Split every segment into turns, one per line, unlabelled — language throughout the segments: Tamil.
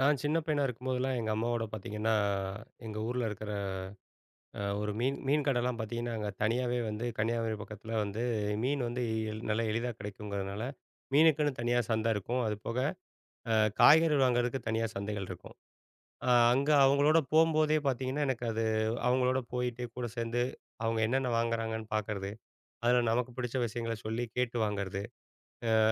நான் சின்ன பையனா இருக்கும்போதெல்லாம் எங்க அம்மாவோட பார்த்தீங்கன்னா, எங்க ஊர்ல இருக்கிற ஒரு மீன் மீன் கடைலாம் பார்த்தீங்கன்னா, அங்க தனியாவே வந்து கன்னியாகுமரி பக்கத்துல வந்து மீன் வந்து நல்லா எளிதா கிடைக்குங்கிறதுனால, மீனுக்குன்னு தனியா சந்தை இருக்கும். அது போக அ காய்கறி வாங்குறதுக்கு தனியா சந்தைகள் இருக்கும். அங்க அவங்களோட போம்போதே பார்த்தீங்கன்னா, எனக்கு அது அவங்களோட போயிட்டு கூட சேர்ந்து அவங்க என்னென்ன வாங்குறாங்கன்னு பார்க்கறது. அதுல நமக்கு பிடிச்ச விஷயங்கள சொல்லி கேட்டு வாங்குறது.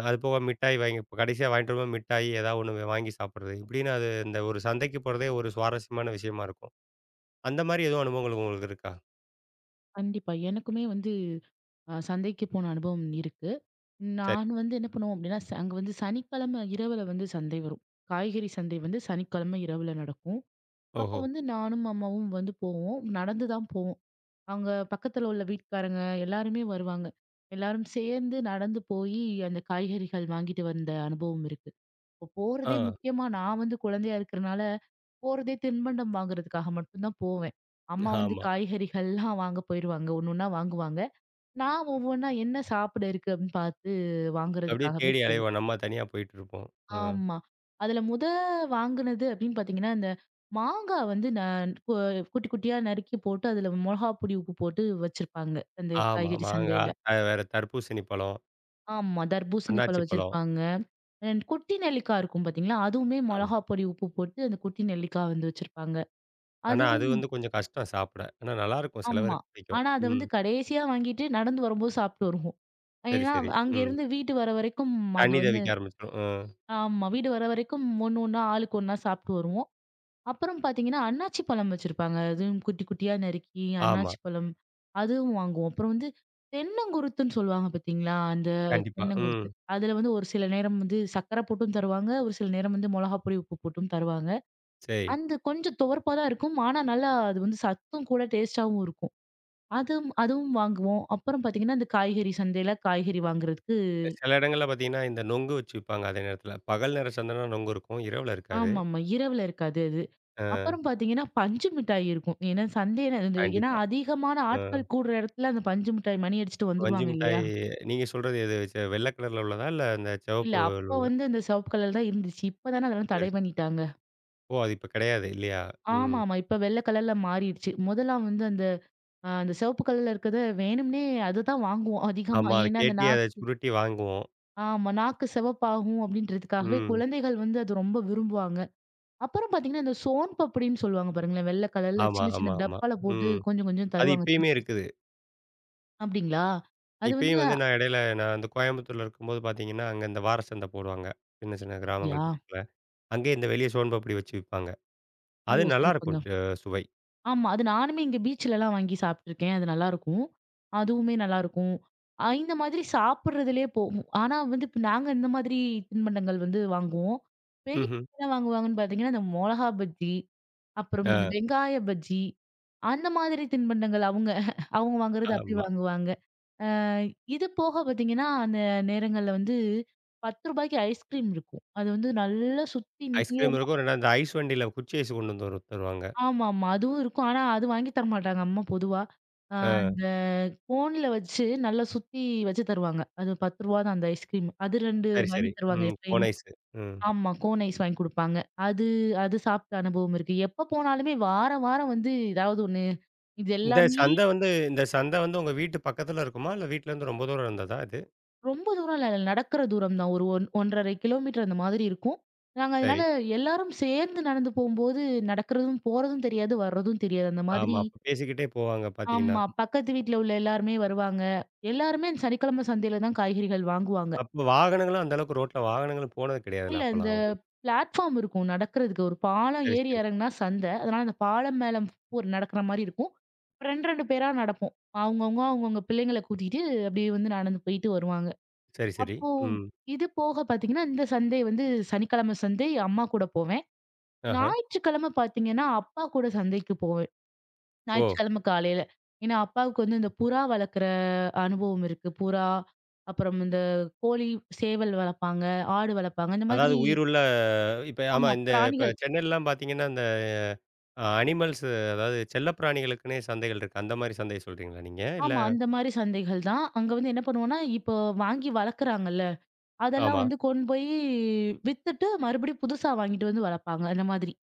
அது போக மிட்டாய் வாங்கி இப்ப கடைசியா வாங்கிட்டு வரும்போது மிட்டாய் ஏதாவது ஒண்ணு வாங்கி சாப்பிடுறது. இப்படின்னு அது இந்த ஒரு சந்தைக்கு போறதே ஒரு சுவாரஸ்யமான விஷயமா இருக்கும். அந்த மாரி எதுவும் அனுபவங்கள் உங்களுக்கு இருக்கா?
கண்டிப்பா. எனக்குமே வந்து சந்தைக்கு போன அனுபவம் இருக்கு.
சரி.
நான் வந்து என்ன பண்ணுவோம் அப்டின்னா, அங்க வந்து சனிக்கிழமை இரவுல வந்து சந்தை வரும். காய்கறி சந்தை வந்து சனிக்கிழமை இரவுல நடக்கும். அப்போ
ஓஹோ!
வந்து நானும் அம்மாவும் வந்து போவோம். நடந்து தான் போவோம். அங்க பக்கத்துல உள்ள வீட்டுக்காரங்க எல்லாருமே வருவாங்க. எல்லாரும் சேர்ந்து நடந்து போயி அந்த காய்கறிகள் வாங்கிட்டு வந்த அனுபவம் இருக்கு. இப்போ
ஆ.
போறதே முக்கியமா நான் வந்து குழந்தையா இருக்கிறனால, போறதே தின்பண்டம் வாங்குறதுக்காக மட்டும் தான் போவேன். அம்மா வந்து
ஆமா.
காய்கறிகள்லாம் வாங்க போயிருவாங்க. ஒண்ணு ஒண்ணா வாங்குவாங்க. நான் ஒவ்வொன்னா என்ன சாப்பிட இருக்கு அப்படின்னு பார்த்து
அப்படியே
வாங்குறதுக்காகவே
தேடி
போவோம்.
அலைவோம். நம்ம தனியா போயிட்டுருப்போம். ம்.
ஆமா. அதுல வாங்குனது அப்படின்னு பார்த்தீங்கன்னா, அந்த மாங்கா வந்து நான் கு குட்டி குட்டியா நறுக்கி போட்டு அதுல மொளகாப் பொடி, உப்பு போட்டு வச்சிருப்பாங்க. அந்த
ஆமா.
காய்கறி
மாங்கா,
சந்தையில.
வேற தர்பூசணி பழம்,
ஆமா. தர்பூசணி
அண்ணாச்சி
பழம்
பழம்.
வச்சிருப்பாங்க. அண்ட் குட்டி நெல்லிக்காய் இருக்கும் பார்த்தீங்களா? அதுவுமே
ஆமா.
மொளகாப் பொடி, உப்பு போட்டு அந்த குட்டி நெல்லிக்காய் வந்து வச்சிருப்பாங்க.
ஆனா
அதுவும்
அது வந்து கொஞ்சம் கஷ்டம் சாப்பிட. ஆனா நல்லாருக்கும். சில
ஆமா.
பேருக்கு பிடிக்கும்.
ஆனா அத
ம்.
வந்து கடைசியா வாங்கிட்டு நடந்து வரும்போது சாப்பிட்டு வருவோம்.
சரி,
ஏன்னா,
சரி. ம்.
அங்கேருந்து வீட்டு வர வரைக்கும் அத
தண்ணி
வந்து
தவிக்க ஆரம்பிச்சுரும். ம்.
ஆமா. வீடு வர வரைக்கும் ஒண்ணு ஒண்ணா ஆளுக்கு ஒண்ணா சாப்பிட்டு வருவோம். அப்புறம் பார்த்தீங்கன்னா, அன்னாச்சி பழம் வச்சிருப்பாங்க. அதுவும் குட்டி குட்டியா நறுக்கி
ஆமா.
அன்னாச்சி பழம் அதுவும் வாங்குவோம். அப்புறம் வந்து தென்னங்குருத்துன்னு சொல்லுவாங்க பார்த்தீங்களா? அந்த
கண்டிப்பா. ம்.
தென்னங்குருத்து. அதுல வந்து ஒரு சில நேரம் வந்து சர்க்கரை போட்டும் தருவாங்க. ஒரு சில நேரம் வந்து மொளகாப்பொடி, உப்பு போட்டும் தருவாங்க.
சரி.
அந்த கொஞ்சம் துவர்ப்பா தான் இருக்கும். ஆனா நல்லா அது வந்து சத்தும் கூட டேஸ்ட்டாவும் இருக்கும். அதுவும் அதுவும் வாங்குவோம். அப்புறம் பார்த்தீங்கன்னா, இந்த காய்கறி சந்தையில காய்கறி வாங்குறதுக்கு
சில இடங்கள்ல பார்த்தீங்கன்னா, இந்த நொங்கு வச்சு விப்பாங்க அதே நேரத்தில. பகல் நேர சந்தைனா நொங்கு இருக்கும். இரவுல இருக்காது.
ஆமாமா. இரவுல இருக்காது அது.
அ
அப்புறம் பாத்தீங்கன்னா, பஞ்சு மிட்டாய் இருக்கும். ஏன்னா சண்டே அது ஏன்னா
கண்டிப்பா.
அதிகமான
அ
ஆட்கள் கூடுற இடத்துல அந்த பஞ்சு மிட்டாய் மணி அடிச்சுட்டு
பஞ்சு
வந்துருவாங்க
மிட்டாய்
இல்லையா?
நீங்க சொல்றது எது வெள்ள கலர்ல உள்ளதா? இல்ல இந்த
இல்ல
சிவப்பு
அப்ப
உள்ளதா?
வந்து அந்த சிவப்பு கலர் தான் இருந்துச்சு. இப்ப தானே அதெல்லாம்
சரி.
தடை பண்ணிட்டாங்க.
ஓ! அது இப்ப கிடையாது இல்லையா? ம்.
ஆமாமா. இப்ப வெள்ள கலர்ல மாறிடுச்சு. முதலாம் வந்து அந்த அந்த சிவப்பு கலர்ல இருக்கிறத வேணும்னே அதுதான் வாங்குவோம் அதிகமா.
ஆமா. அத
ஏன்னா அந்த
கேட்டி
நா
அத சுருட்டி வாங்குவோம்.
ஆமா நாக்கு சிவப்பாகும் அப்படின்றதுக்காகவே
ம்.
குழந்தைகள் வந்து அது ரொம்ப விரும்புவாங்க. அப்புறம் பாத்தீங்கன்னா, இந்த சோன் பப்படின்னு சொல்லுவாங்க பாருங்களேன். வெள்ள கலர்ல
ஆமா,
சின்ன சின்ன
ஆமா, ஆமா.
டப்பால போட்டு
ம்.
கொஞ்சம் கொஞ்சம்
அது
தருவாங்க.
இப்பயுமே இருக்குது.
அப்படிங்களா? அது வந்து
இப்பயும் வந்து நான் இடையில அந்த கோயம்புத்தூர்ல இருக்கும்போது பார்த்தீங்கன்னா, அங்க இந்த வார சந்தை போடுவாங்க. சின்ன சின்ன
அப்படியா?
கிராமங்கள் பக்கத்தில. அங்கேயே இந்த வெளிய சோன்பப்படி வச்சு விப்பாங்க. அது
ஓ!
நல்லாருக்கும்.
சிறப்புங்க.
சுவை.
ஆமா. அது நானுமே இங்க பீச்லலாம் வாங்கி சாப்பிட்டுருக்கேன். அது நல்லாருக்கும். அதுவுமே நல்லாருக்கும். இந்த மாதிரி சாப்பிடுறதுலயே போகும். ஆனா வந்து இப்ப நாங்க இந்த மாதிரி தின்பண்டங்கள் வந்து வாங்குவோம். வெளிய
ம்ஹ்ம்.
என்ன வாங்குவாங்கன்னு பார்த்தீங்கன்னா, இந்த மொளகா பஜ்ஜி, அப்புறம் இந்த
அ
வெங்காய பஜ்ஜி, அந்த மாதிரி தின்பண்டங்கள் அவங்க. அவங்க வாங்குறது அப்படி
ஆமா.
வாங்குவாங்க. அ இது போக பார்த்தீங்கன்னா, அந்த நேரங்கள்ல வந்து ரூ. 10க்கு ஐஸ்கிரீம் இருக்கும். அது வந்து நல்லா சுத்தி நீள
ஐஸ்கிரீம் இருக்கும். 2 அந்த ஐஸ் வண்டியில குச்சி ஐஸ் கொண்டு வந்து வரும் தருவாங்க.
ஆமாமா. அதுவும் இருக்கும். ஆனா, அது வாங்கி தரமாட்டாங்க அம்மா பொதுவா.
ஆ.
அந்த கோன்ல வச்சு நல்லா சுத்தி வச்சு தருவாங்க. அது ரூ. 10 தான் அந்த ஐஸ்கிரீம். அது 2
சரி,
வாங்கி
சரி.
தருவாங்க
ம். கோன்
எப்பயுமே.
ஐஸு. ம்.
ஆமா. கோன் ஐஸ் வாங்கி குடுப்பாங்க. அது அது சாப்பிட்ட அனுபவம் இருக்கு. எப்ப போனாலுமே வாரம் வாரம் வந்து ஏதாவது ஒண்ணு. இது
இந்த
எல்லாமே
சந்தை வந்து இந்த சந்தை வந்து உங்க வீட்டு பக்கத்துல இருக்குமா? இல்ல வீட்லருந்து ரொம்ப தூரம் இருந்ததா இது?
ரொம்ப தூரம் இல்ல. நடக்கிற தூரம் தான். ஒரு ஒன் 1 1/2 கிலோமீட்டர் அந்த மாதிரி இருக்கும். நாங்க
சரி.
அதனால எல்லாரும் சேர்ந்து நடந்து போம்போது, நடக்கிறதும் போறதும் தெரியாது, வர்றதும் தெரியாது. அந்த
ஆமா.
மாதிரி
அப்ப பேசிக்கிட்டே போவாங்க பார்த்தீங்கன்னா.
ஆமா. பக்கத்து வீட்ல உள்ள எல்லாருமே வருவாங்க. எல்லாருமே அந்த சனிக்கிழமை சந்தையில தான் காய்கறிகள் வாங்குவாங்க.
அப்ப வாகனங்களும் அந்த அளவுக்கு ரோட்ல வாகனங்களும் போனது கிடையாதுல்ல
இல்ல இந்த
அப்பலாம் உங்களுக்கு.
பிளாட்ஃபார்ம் இருக்கும் நடக்கிறதுக்கு. ஒரு பாலம்
சரி,
ஏறி
சரி.
இறங்குனா சந்தை. அதனால அந்த பாலம் மேல ஒரு நடக்கிற மாரி இருக்கும். 2, 2 பேரா நடப்போம். அவங்கவங்க அவங்கவங்க பிள்ளைங்கள கூட்டிட்டு அப்படியே வந்து நடந்து போயிட்டு வருவாங்க.
சரி, சரி.
அப்போ
ம்.
இது போக பார்த்தீங்கன்னா, இந்த சந்தை வந்து சனிக்கிழமை சந்தை அம்மா கூட போவேன்.
ஆஹா.
ஞாயிற்றுக்கிழமை பார்த்தீங்கன்னா, அப்பா கூட சந்தைக்கு போவேன்.
ஓ!
ஞாயிற்றுக்கிழமை காலையில. ஏன்னா, அப்பாவுக்கு வந்து இந்த புறா வளர்க்குற அனுபவம் இருக்கு. புறா, அப்புறம் இந்த கோழி, சேவல் வளர்ப்பாங்க, ஆடு வளர்ப்பாங்க. இந்த
அதாவது
மாதிரி
உயிருள்ள இப்ப ஆமா
ஆமா
இந்த இப்ப
பிராணிகள்.
சென்னையிலலாம் பார்த்தீங்கன்னா, இந்த அனிமல்ஸ் அதாவது செல்லப்பிராணிகளுக்குன்னே சந்தைகள் இருக்கு. அந்த மாரி சந்தைய சொல்றீங்களா நீங்க? இல்ல
ஆமா. அந்த மாரி சந்தைகள் தான். அங்க வந்து என்ன பண்ணுவோம்னா, இப்போ வாங்கி வளர்க்குறாங்கல்ல, அதெல்லாம்
ஆமா.
வந்து கொண்டு போய் வித்துட்டு மறுபடியும் புதுசா வாங்கிட்டு வந்து வளர்ப்பாங்க. அந்த மாதிரி.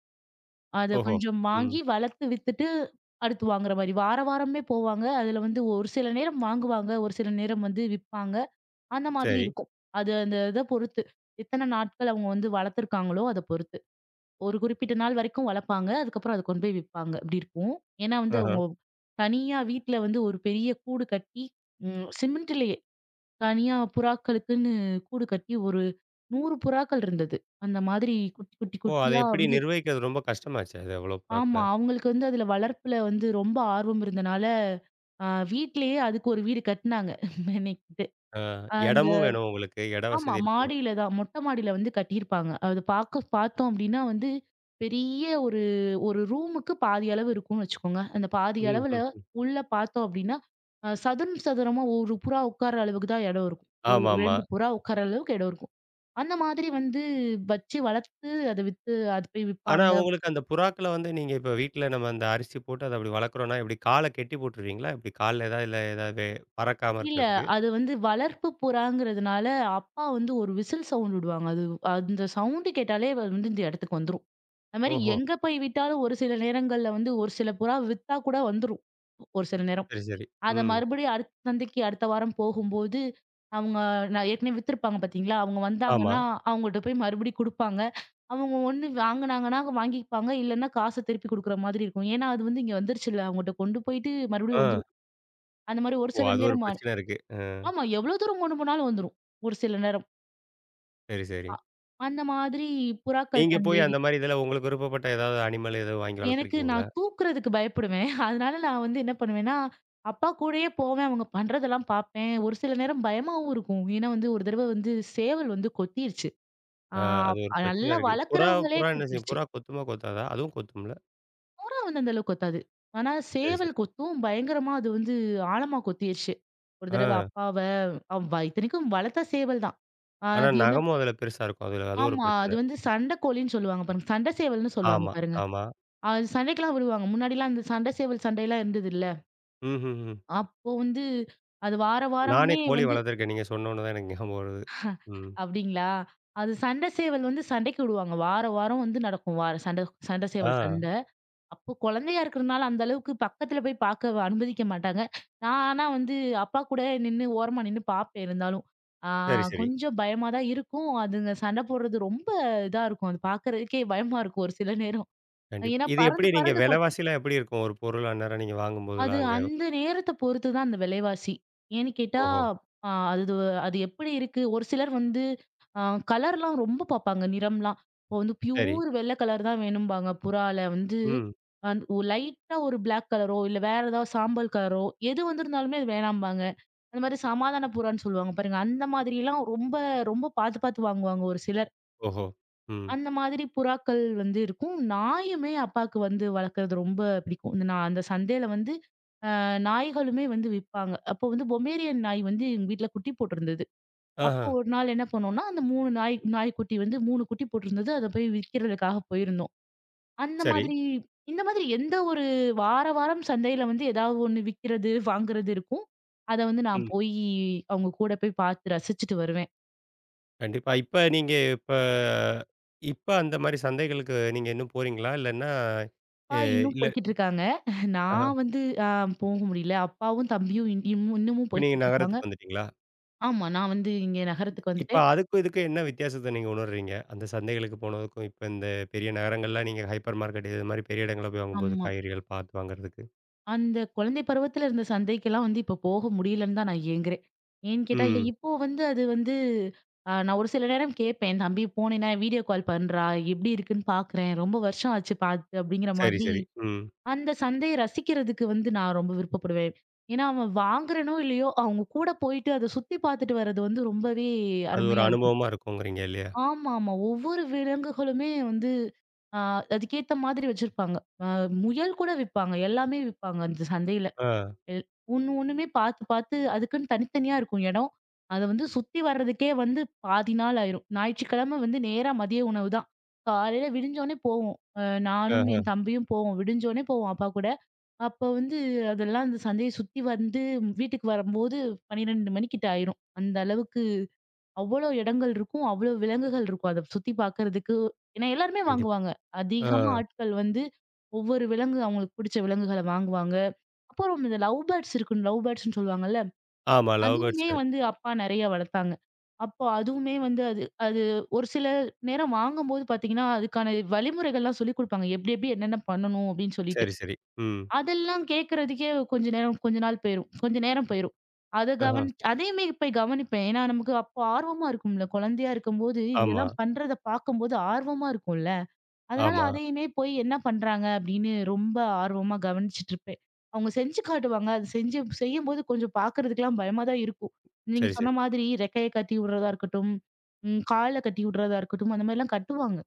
அத
ஓஹோ!
கொஞ்சம்
ம்.
வாங்கி வளர்த்து வித்துட்டு அடுத்து வாங்குற மாரி. வார வாரமே போவாங்க. அதுல வந்து ஒரு சில நேரம் வாங்குவாங்க, ஒரு சில நேரம் வந்து விப்பாங்க. அந்த மாதிரி
சரி.
இருக்கும். அது அந்த இத பொறுத்து. எத்தன நாட்கள் அவங்க வந்து வளர்த்துருக்காங்களோ அத பொறுத்து. ஒரு குறிப்பிட்ட நாள் வரைக்கும் வளர்ப்பாங்க. அதுக்கப்புறம் அத கொண்டு போய் விப்பாங்க. இப்படி இருக்கும். ஏன்னா வந்து
ஆஹா.
அவங்க தனியா வீட்ல வந்து ஒரு பெரிய கூடு கட்டி, சிமெண்ட்லயே தனியா புறாக்களுக்குன்னு கூடு கட்டி ஒரு 100 புறாக்கள் இருந்தது. அந்த மாதிரி குட்டி, குட்டி,
ஓ! அத
குட்டியா
எப்படி
வந்து
நிர்வகிக்கிறது ரொம்ப கஷ்டமாச்சே! அது அவ்வளோ
ஆமா.
புறாக்கள.
அவங்களுக்கு வந்து அதுல வளர்ப்புல வந்து ரொம்ப ஆர்வம் இருந்தனால, அ வீட்லயே அதுக்கு ஒரு வீடு கட்டுனாங்க. மெனக்கிட்டு.
ஆ. இடமும் வேணும் உங்களுக்கு. இட
ஆமா.
வசதி இருக்கணும்.
மாடியில தான். மொட்ட மாடியில வந்து கட்டியிருப்பாங்க. அது பாக்க பார்த்தோம் அப்டின்னா வந்து, பெரிய ஒரு ஒரு ரூமுக்கு பாதி அளவு இருக்கும்னு வச்சுக்கோங்க. அந்த பாதி
ம்,
அளவுல
ம், ம்.
உள்ள பார்த்தோம் அப்டின்னா, சதுரம் சதுரமா ஒரு புறா உட்கார்ற அளவுக்கு தான் இடம் இருக்கும். ஒரு
ஆமாமா.
2 புறா உட்கார்ற அளவுக்கு இடம் இருக்கும். அந்த மாதிரி வந்து வச்சு வளர்த்து அத வித்து அது போய்
ஆனா
விப்பாங்க.
உங்களுக்கு அந்த புறாக்கள வந்து நீங்க இப்ப வீட்ல நம்ம அந்த அரிசி போட்டு அத அப்படி வளர்க்குறோம்னா, எப்படி கால கெட்டி போட்டுருவீங்களா? எப்படி கால்ல ஏதாவது இல்ல ஏதாவது பறக்காம
இல்ல.
இருக்கிறதுக்கு?
அது வந்து வளர்ப்பு புறாங்கிறதுனால, அப்பா வந்து ஒரு விசில் சவுண்ட் விடுவாங்க. அது அந்த சவுண்ட் கேட்டாலே அது வந்து இந்த இடத்துக்கு வந்துரும். அது மாரி
ஓஹோ!
எங்க போய் விட்டாலும் ஒரு சில நேரங்கள்ல வந்து ஒரு சில புறா வித்தா கூட வந்துரும். ஒரு சில நேரம்.
சரி, சரி.
அத
ம்.
மறுபடியும் அடுத்த சந்தைக்கு அடுத்த வாரம் போகும்போது, அவங்க நான் ஏற்கனவே வித்திருப்பாங்க பார்த்தீங்களா? அவங்க
ஆமா.
வந்தாங்கன்னா, அவங்கள்ட்ட போய் மறுபடியும் குடுப்பாங்க. அவங்க ஒண்ணு வாங்குனாங்கன்னா வாங்கிப்பாங்க. இல்லன்னா காச திருப்பி குடுக்குற மாதிரி இருக்கும். ஏன்னா, அது வந்து இங்க வந்துருச்சுல்ல. அவங்கட்ட கொண்டு போயிட்டு மறுபடியும்
ஆ.
வந்துரும். அந்த மாரி ஒரு
ஓ!
சில
அது ஒரு
நேரம்
பிரச்சனை இருக்கு. ஆ.
ஆமா. எவ்வளோ தூரம் கொண்டு போனாலும் வந்துரும். ஒரு சில நேரம்.
சரி, சரி.
அ அந்த மாதிரி புறாக்கள்
நீங்க போய்
சந்தை.
அந்த மாரி இதில உங்களுக்கு விருப்பப்பட்ட ஏதாவது அனிமல் எதுவும் வாங்கி
எனக்கு
வளர்த்துருக்கீங்களா?
நான் தூக்குறதுக்கு பயப்படுவேன். அதனால நான் வந்து என்ன பண்ணுவேன்னா, அப்பா கூடயே போவேன். அவங்க பண்றதெல்லாம் பார்ப்பேன். ஒரு சில நேரம் பயமாவும் இருக்கும். ஏன்னா வந்து ஒரு தடவ வந்து சேவல் வந்து கொத்திருச்சு. ஆ
ஆ. அது ஒரு பிரச்சனை
நல்லா
இருக்கு. புறா
வளர்க்குறவங்களே
புறா என்ன செய்யும்?
கொத்திருச்சு.
புறா கொத்துமா கொத்தாதா? அதுவும் கொத்தும்ல?
புறா வந்து அந்த அளவுக்கு கொத்தாது. ஆனா
சரி, சரி.
சேவல் கொத்தும் பயங்கரமா அது வந்து ஆழமா கொத்திருச்சு. ஒரு தடவ
ஆ.
அப்பாவ இத்தனைக்கும் வளர்த்த சேவல் தான்.
ஆனா
அது என்ன
நகமும் அதுல பெருசா இருக்கும். அதுல அது ஒரு
ஆமா. அது
பிரச்சனை.
வந்து சண்டை கோழின்னு சொல்லுவாங்க பாருங்க. சண்டை சேவல்ன்னு சொல்லுவாங்க
ஆமா,
பாருங்க.
ஆமா.
அது சண்டைக்கெல்லாம் விடுவாங்க. முன்னாடிலாம் அந்த சண்டை சேவல் சண்டைலாம் இருந்ததுல்ல.
ம்ஹ்ஹ்ம்.
அப்போ வந்து அது வார
நானே
வாரமே
கோழி
வந்து
வளர்த்துருக்கேன். நீங்க சொன்னோனே தான் எனக்கு ஞாபகம் வருது. ம்.
அப்டிங்களா? அது சண்டை சேவல் வந்து சண்டைக்கு விடுவாங்க. வார வாரம் வந்து நடக்கும். வார சண்டை சண்டை
ஆ.
சேவல் சண்டை. அப்போ குழந்தையா இருக்கிறனால அந்த அளவுக்கு பக்கத்துல போய் பார்க்க அனுமதிக்க மாட்டாங்க. நான் ஆனா வந்து அப்பா கூட நின்னு ஓரமா நின்னு பார்ப்பேன் இருந்தாலும். ஆ
சரி, சரி.
கொஞ்சம் பயமா தான் இருக்கும். அதுங்க சண்டை போடுறது ரொம்ப இதா இருக்கும். அது பார்க்கறதுக்கே பயமா இருக்கும் ஒரு சில நேரம்.
கண்டிப்பா.
ஏன்னா
இது எப்படி
பறந்து
நீங்க
பறந்து கொத்
விலைவாசிலாம் எப்படி இருக்கும்? ஒரு பொருள் அந்நேரம் நீங்க
அது
வாங்கும்போதெல்லாம் அங்க?
அந்த நேரத்த பொறுத்து தான் அந்த விலைவாசி. ஏன்னு கேட்டா,
ஓஹோ!
அ அது அது எப்படி இருக்கு? ஒரு சிலர் வந்து அ கலர்லாம் ரொம்ப பார்ப்பாங்க, நிறம்லாம். இப்போ வந்து
சரி.
பியூர் வெள்ள கலர் தான் வேணும்பாங்க. புறால வந்து
ம்.
அந் லைட்டா ஒரு பிளாக் கலரோ, இல்ல வேற ஏதாவது சாம்பல் கலரோ, எது வந்திருந்தாலுமே அது வேணாம்பாங்க. அந்த மாரி சமாதான புறான்னு சொல்லுவாங்க பாருங்க. அந்த மாதிரிலாம் ரொம்ப ரொம்ப பார்த்து பார்த்து வாங்குவாங்க ஒரு சிலர்.
ஓஹோ! ம்.
அந்த மாதிரி புறாக்கள் வந்து இருக்கும். நாயுமே அப்பாக்கு வந்து வளர்க்கறது ரொம்ப பிடிக்கும். இந்த நான் அந்த சந்தையில வந்து நாய்களுமே வந்து விப்பாங்க. அப்போ வந்து பொமேரியன் நாய் வந்து எங்க வீட்ல குட்டி போட்டிருந்தது.
ஆஹா.
அப்போ ஒரு நாள் என்ன பண்ணோம்னா, அந்த 3 நாய் நாய்க்குட்டி வந்து 3 குட்டி போட்டிருந்தது. அத போய் விக்கிறதுக்காக போயிருந்தோம். அந்த
சரி.
மாதிரி இந்த மாதிரி எந்த ஒரு வார வாரம் சந்தையில வந்து ஏதாவது ஒண்ணு விக்கிறது, வாங்குறது இருக்கும். அத வந்து நான்
ம்.
போயி அவங்க கூட போய் பார்த்து ரசிச்சுட்டு வருவேன்.
கண்டிப்பா. இப்ப நீங்க இப்ப இப்ப அந்த மாரி சந்தைகளுக்கு நீங்க இன்னும் போறீங்களா? இல்லன்னா,
அப்பா
எ
இன்னும்
இல்ல
போய்க்கிட்டு இருக்காங்க.
ஆஹா.
நான் வந்து அ போக முடியல. அப்பாவும், தம்பியும் இன்னமும்
இப்ப நீங்க
போய்க்கிட்டு இருக்காங்க.
நகரத்துக்கு வந்துட்டீங்களா?
ஆமா. நான் வந்து இங்க நகரத்துக்கு
இப்ப
வந்துட்டேன்.
அதுக்கும் இதுக்கும் என்ன வித்தியாசத்த நீங்க உணர்றீங்க? அந்த சந்தைகளுக்கு போனதுக்கும், இப்ப இந்த பெரிய நகரங்கள்ல நீங்க ஹைப்பர் மார்க்கெட் இது மாரி பெரிய இடங்கள்ல போய் வாங்கும்போது,
ஆமா.
காய்கறிகள் பார்த்து வாங்குறதுக்கு.
அந்த குழந்தை பருவத்துல இருந்த சந்தைக்கெல்லாம் வந்து இப்ப போக முடியலன்னு தான் நான் ஏங்குறேன். ஏன்னு கேட்டா, இல்ல
ம்.
இப்போ வந்து அது வந்து நான் ஒரு சில நேரம் கேட்பேன். என் தம்பி போனேன்னா வீடியோ கால் பண்றா. எப்படி இருக்குன்னு பார்க்குறேன். ரொம்ப வருஷம் ஆச்சு பார்த்து அப்படிங்கிற
சரி,
மாதிரி
சரி. ம்.
அந்த சந்தைய ரசிக்கிறதுக்கு வந்து நான் ரொம்ப விருப்பப்படுவேன். ஏன்னா, அவன் வாங்குறனோ! இல்லையோ! அவங்க கூட போயிட்டு அத சுத்தி பார்த்துட்டு வர்றது வந்து ரொம்பவே
அது ஒரு
அருமையா இருக்கும்.
அனுபவமா இருக்குங்கிறீங்க இல்லையா?
ஆமாமா. ஒவ்வொரு விலங்குகளுமே வந்து ஆ அதுக்கேத்த மாதிரி வச்சிருப்பாங்க. அ முயல் கூட விப்பாங்க. எல்லாமே விப்பாங்க அந்த சந்தையில.
ஆ.
எல் ஒண்ணு ஒண்ணுமே பார்த்து பார்த்து அதுக்குன்னு தனித்தனியா இருக்கும் இடம். அத வந்து சுத்தி வர்றதுக்கே வந்து பாதி நாள் ஆயிரும். ஞாயிற்றுக்கிழமை வந்து நேரா மதிய உணவு தான். காலையில விடிஞ்சோனே போவோம். அ நானும்
ஆஹ.
என் தம்பியும் போவோம். விடிஞ்சோனே போவோம் அப்பா கூட. அப்ப வந்து அதெல்லாம் அந்த சந்தைய சுத்தி வந்து வீட்டுக்கு வரும்போது 12 மணிக்கிட்ட ஆயிரும். அந்த அளவுக்கு அவ்வளோ இடங்கள் இருக்கும். அவ்வளோ விலங்குகள் இருக்கும். அத சுத்தி பார்க்கறதுக்கு. ஏன்னா எல்லாருமே
கண்டிப்பா.
வாங்குவாங்க.
ஆ.
அதிகமா ஆட்கள் வந்து ஒவ்வொரு விலங்கு அவங்களுக்கு பிடிச்ச விலங்குகள வாங்குவாங்க. அப்புறம் இந்த லவ் பேர்ட்ஸ் இருக்கும். லவ் பேர்ட்ஸ்ன்னு சொல்லுவாங்கல்ல.
ஆமா. Love birds.
அதுவுமே வந்து அப்பா நெறைய வளர்த்தாங்க. அப்போ அதுவுமே வந்து அது அது ஒரு சில நேரம் வாங்கும்போது பார்த்தீங்கன்னா, அதுக்கான வழிமுறைகள்லாம் சொல்லிக் குடுப்பாங்க. எப்டி எப்டி என்னென்ன பண்ணணும் அப்டின்னு சொல்லிட்டு.
சரி, சரி. ம்.
அதெல்லாம் கேட்கறதுக்கே கொஞ்ச நேரம் கொஞ்ச நாள் போயிரும். கொஞ்ச நேரம் போயிரும். அத
ஆஹ.
கவனி அதையுமே போய் கவனிப்பேன். ஏன்னா, நமக்கு அப்போ ஆர்வமா இருக்கும்ல. குழந்தையா இருக்கும்போது
ஆமா,
இதெல்லாம் பண்றத பார்க்கும்போது ஆர்வமா இருக்கும்ல. அதனால
ஆமா.
அதையுமே போய் என்ன பண்றாங்க அப்படின்னு ரொம்ப ஆர்வமா கவனிச்சுட்டு இருப்பேன். அவங்க செஞ்சு காட்டுவாங்க. அது செஞ்சு செய்யும்போது கொஞ்சம் பார்க்கறதுக்கெல்லாம் பயமா தான் இருக்கும். நீங்க
சரி,
சொன்ன
சரி.
மாதிரி ரெக்கைய கட்டி விடுறதா இருக்கட்டும், கால கட்டி விடுறதா இருக்கட்டும், அந்த மாதிரிலாம் கட்டுவாங்க.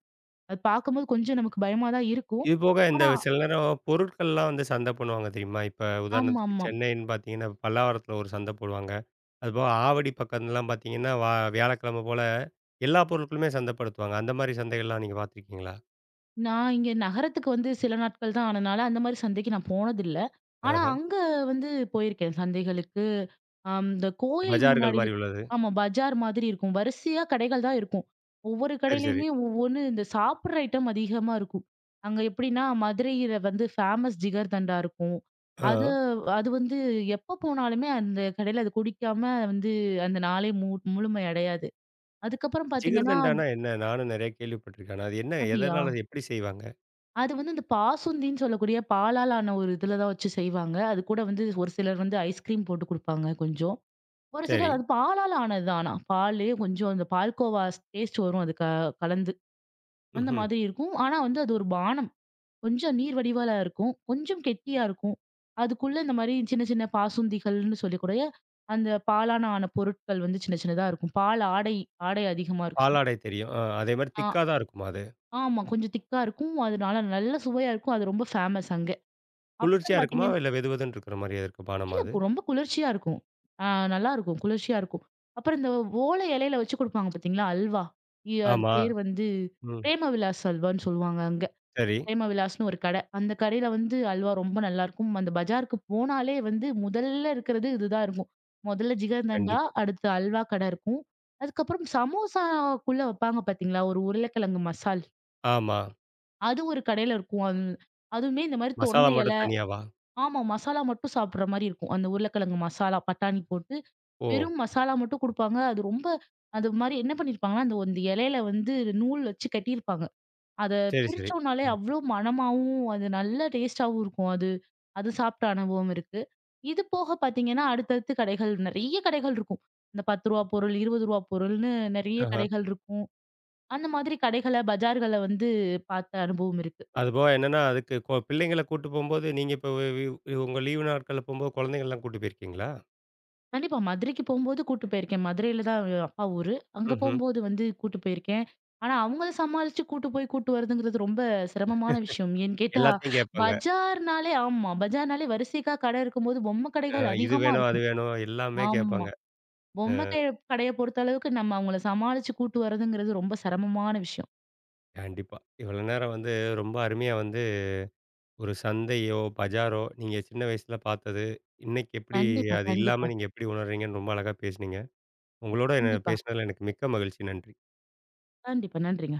அது பார்க்கும்போது கொஞ்சம் நமக்கு பயமா தான் இருக்கும்.
இது போக இந்த
ஆனா
சில நேரம் பொருட்கள்லாம் வந்து சந்தை பண்ணுவாங்க தெரியுமா? இப்ப உதாரணத்துக்கு
ஆமாமா.
சென்னைன்னு பார்த்தீங்கன்னா, பல்லாவரத்தில ஒரு சந்தை போடுவாங்க. அதுபோக ஆவடி பக்கம்லாம் பார்த்தீங்கன்னா, வியாழக்கிழமை போல எல்லா பொருட்களுமே சந்தைப்படுத்துவாங்க. அந்த மாரி சந்தைகள்லாம் நீங்க பார்த்துருக்கீங்களா?
நான் இங்க நகரத்துக்கு வந்து சில நாட்கள் தான் ஆனனால, அந்த மாரி சந்தைக்கு நான் போனதில்ல. ஆனா
ஆஹ.
அங்க வந்து போயிருக்கேன் சந்தைகளுக்கு. அம் இந்த கோயில்
பஜார்கள்
முன்னாடி
மாரி
இரு-
உள்ளது.
ஆமா பஜார் மாதிரி இருக்கும். வரிசையா கடைகள் தான் இருக்கும். ஒவ்வொரு
சரி, சரி.
கடையிலயுமே ஒவ்வொன்னு இந்த சாப்பிடுற ஐட்டம் அதிகமா இருக்கும். அங்க எப்படின்னா, மதுரையில வந்து ஃபேமஸ் ஜிகர்தண்டா இருக்கும்.
ஆ.
அது அது வந்து எப்ப போனாலுமே அந்த கடையில அது குடிக்காம வந்து அந்த நாளே மு முழுமை அடையாது. அதுக்கப்புறம் பார்த்தீங்கன்னா
ஜிகர்தண்டானா என்ன? நானும் நெறைய கேள்விப்பட்டுருக்கேன். ஆனா அது என்ன?
அப்படியா?
எதனால அது எப்படி செய்வாங்க?
அது வந்து இந்த பாசுந்தின்னு சொல்லக்கூடிய பாலால் ஆன ஒரு இதில தான் வச்சு செய்வாங்க. அது கூட வந்து ஒரு சிலர் வந்து ஐஸ்கிரீம் போட்டு குடுப்பாங்க கொஞ்சம். ஒரு
சரி.
சிலர் அது பாலால் ஆனது தான் ஆனா. பால்லயே கொஞ்சம் அந்த பால்கோவா டேஸ்ட் வரும் அது க கலந்து. அந்த
ம்ஹ்ம்.
மாதிரி இருக்கும். ஆனா வந்து அது ஒரு பானம். கொஞ்சம் நீர் வடிவால இருக்கும். கொஞ்சம் கெட்டியா இருக்கும். அதுக்குள்ள இந்த மாரி சின்ன சின்ன பாசுந்திகள்னு சொல்லக்கூடிய அந்த பாலான ஆன பொருட்கள் வந்து சின்ன சின்னதா இருக்கும். பால் ஆடை ஆடை அதிகமா இருக்கும்.
பாலாடை தெரியும். ஆ. அதே மாரி
ஆ
திக்கா தான் இருக்குமா அது?
ஆமா. கொஞ்சம் திக்கா இருக்கும். அதனால நல்ல சுவையா இருக்கும். அது ரொம்ப ஃபேமஸ் அங்க. அப்புறம்
குளிர்ச்சியா
பார்த்தீங்க
இருக்குமா? இல்ல வெதுவெதுன்னு இருக்கிற மாரியா இருக்கும் பானமா
இல்ல
அது?
கு ரொம்ப குளிர்ச்சியா இருக்கும். ஆ நல்லா இருக்கும். குளிர்ச்சியா இருக்கும். அப்புறம் இந்த ஓலை இலையில வச்சு குடுப்பாங்க பார்த்தீங்களா, அல்வா. அது
ஆமா.
பேர் வந்து
ம்.
பிரேம விலாஸ் அல்வான்னு சொல்லுவாங்க அங்க.
சரி.
பிரேம விலாஸ்ன்னு ஒரு கடை. அந்த கடையில வந்து அல்வா ரொம்ப நல்லாருக்கும். அந்த பஜாருக்கு போனாலே வந்து முதல்ல இருக்கிறது இதுதான் இருக்கும். முதல்ல ஜிகர்தண்டா,
கண்டிப்பா.
அடுத்து அல்வா கடை இருக்கும். அதுக்கப்புறம் சமோசாக்குள்ள வப்பாங்க பார்த்தீங்களா, ஒரு உருளைக்கிழங்கு மசால்.
ஆமா.
அது ஒரு கடையில இருக்கும். அது அதுவுமே இந்த மாரி
மசாலா
தொன்ன
மட்டும்
இலை
தனியாவா?
ஆமா மசாலா மட்டும் சாப்பிடுற மாரி இருக்கும். அந்த உருளைக்கிழங்கு மசாலா, பட்டாணி போட்டு
ஓ!
வெறும் மசாலா மட்டும் குடுப்பாங்க. அது ரொம்ப அது மாரி என்ன பண்ணியிருப்பாங்கன்னா, அந்த அந்த இலையில வந்து நூல் வச்சு கட்டியிருப்பாங்க. அத
சரி, சரி.
பிரிச்சோம்னாலே
ம்.
அவ்ளோ மணமாவும், அது நல்ல டேஸ்ட்டாவும் இருக்கும். அது அது சாப்பிட்ட அனுபவம் இருக்கு. இது போக பார்த்தீங்கன்னா, அடுத்தடுத்து கடைகள் நெறைய கடைகள் இருக்கும். இந்த ரூ. 10 பொருள், ரூ. 20 பொருள்னு நெறைய
ஆஹா.
கடைகள் இருக்கும். அந்த மாதிரி கடைகள, பஜார்கள வந்து பார்த்த அனுபவம் இருக்கு.
அதுபோக என்னன்னா, அதுக்கு பிள்ளைங்கள கூட்டு போம்போது, நீங்க இப்ப வி வி உங்க லீவு நாட்கள்ல போம்போது குழந்தைங்கள்லாம் கூட்டு போயிருக்கீங்களா?
கண்டிப்பா. மதுரைக்கு போம்போது கூட்டு போயிருக்கேன். மதுரையில தான் அப்பா ஊரு. அங்க
ம்ஹ்ம்.
போம்போது வந்து கூட்டு போயிருக்கேன். ஆனா அவங்கள சமாளிச்சு கூட்டு போய் கூட்டு வரதுங்கிறது ரொம்ப சிரமமான விஷயம். ஏன்னு கேட்டா,
எல்லாத்தையும் கேட்பாங்க.
பஜார்னாலே ஆமா. பஜார்னாலே வரிசைக்கா கடை இருக்கும்போது பொம்மை
அ
கடைகள்
இது
அதிகமா
வேணும், அது
இருக்கும்.
வேணும் எல்லாமே
ஆமா.
கேட்பாங்க. அ
பொம்மை கடைய கடைய பொறுத்த அளவுக்கு நம்ம அவங்கள சமாளிச்சு கூட்டு வரதுங்கிறது ரொம்ப சிரமமான விஷயம்.
கண்டிப்பா. இவ்வளோ நேரம் வந்து ரொம்ப அருமையா வந்து ஒரு சந்தையோ, பஜாரோ நீங்க சின்ன வயசுல பார்த்தது, இன்னைக்கு எப்படி
கண்டிப்பா,
அது இல்லாம
கண்டிப்பா,
நீங்க எப்படி உணர்றீங்கன்னு ரொம்ப அழகா பேசுனீங்க. உங்களோட என்ன
கண்டிப்பா.
பேசினதுல எனக்கு மிக்க மகிழ்ச்சி. நன்றி.
கண்டிப்பா. நன்றி.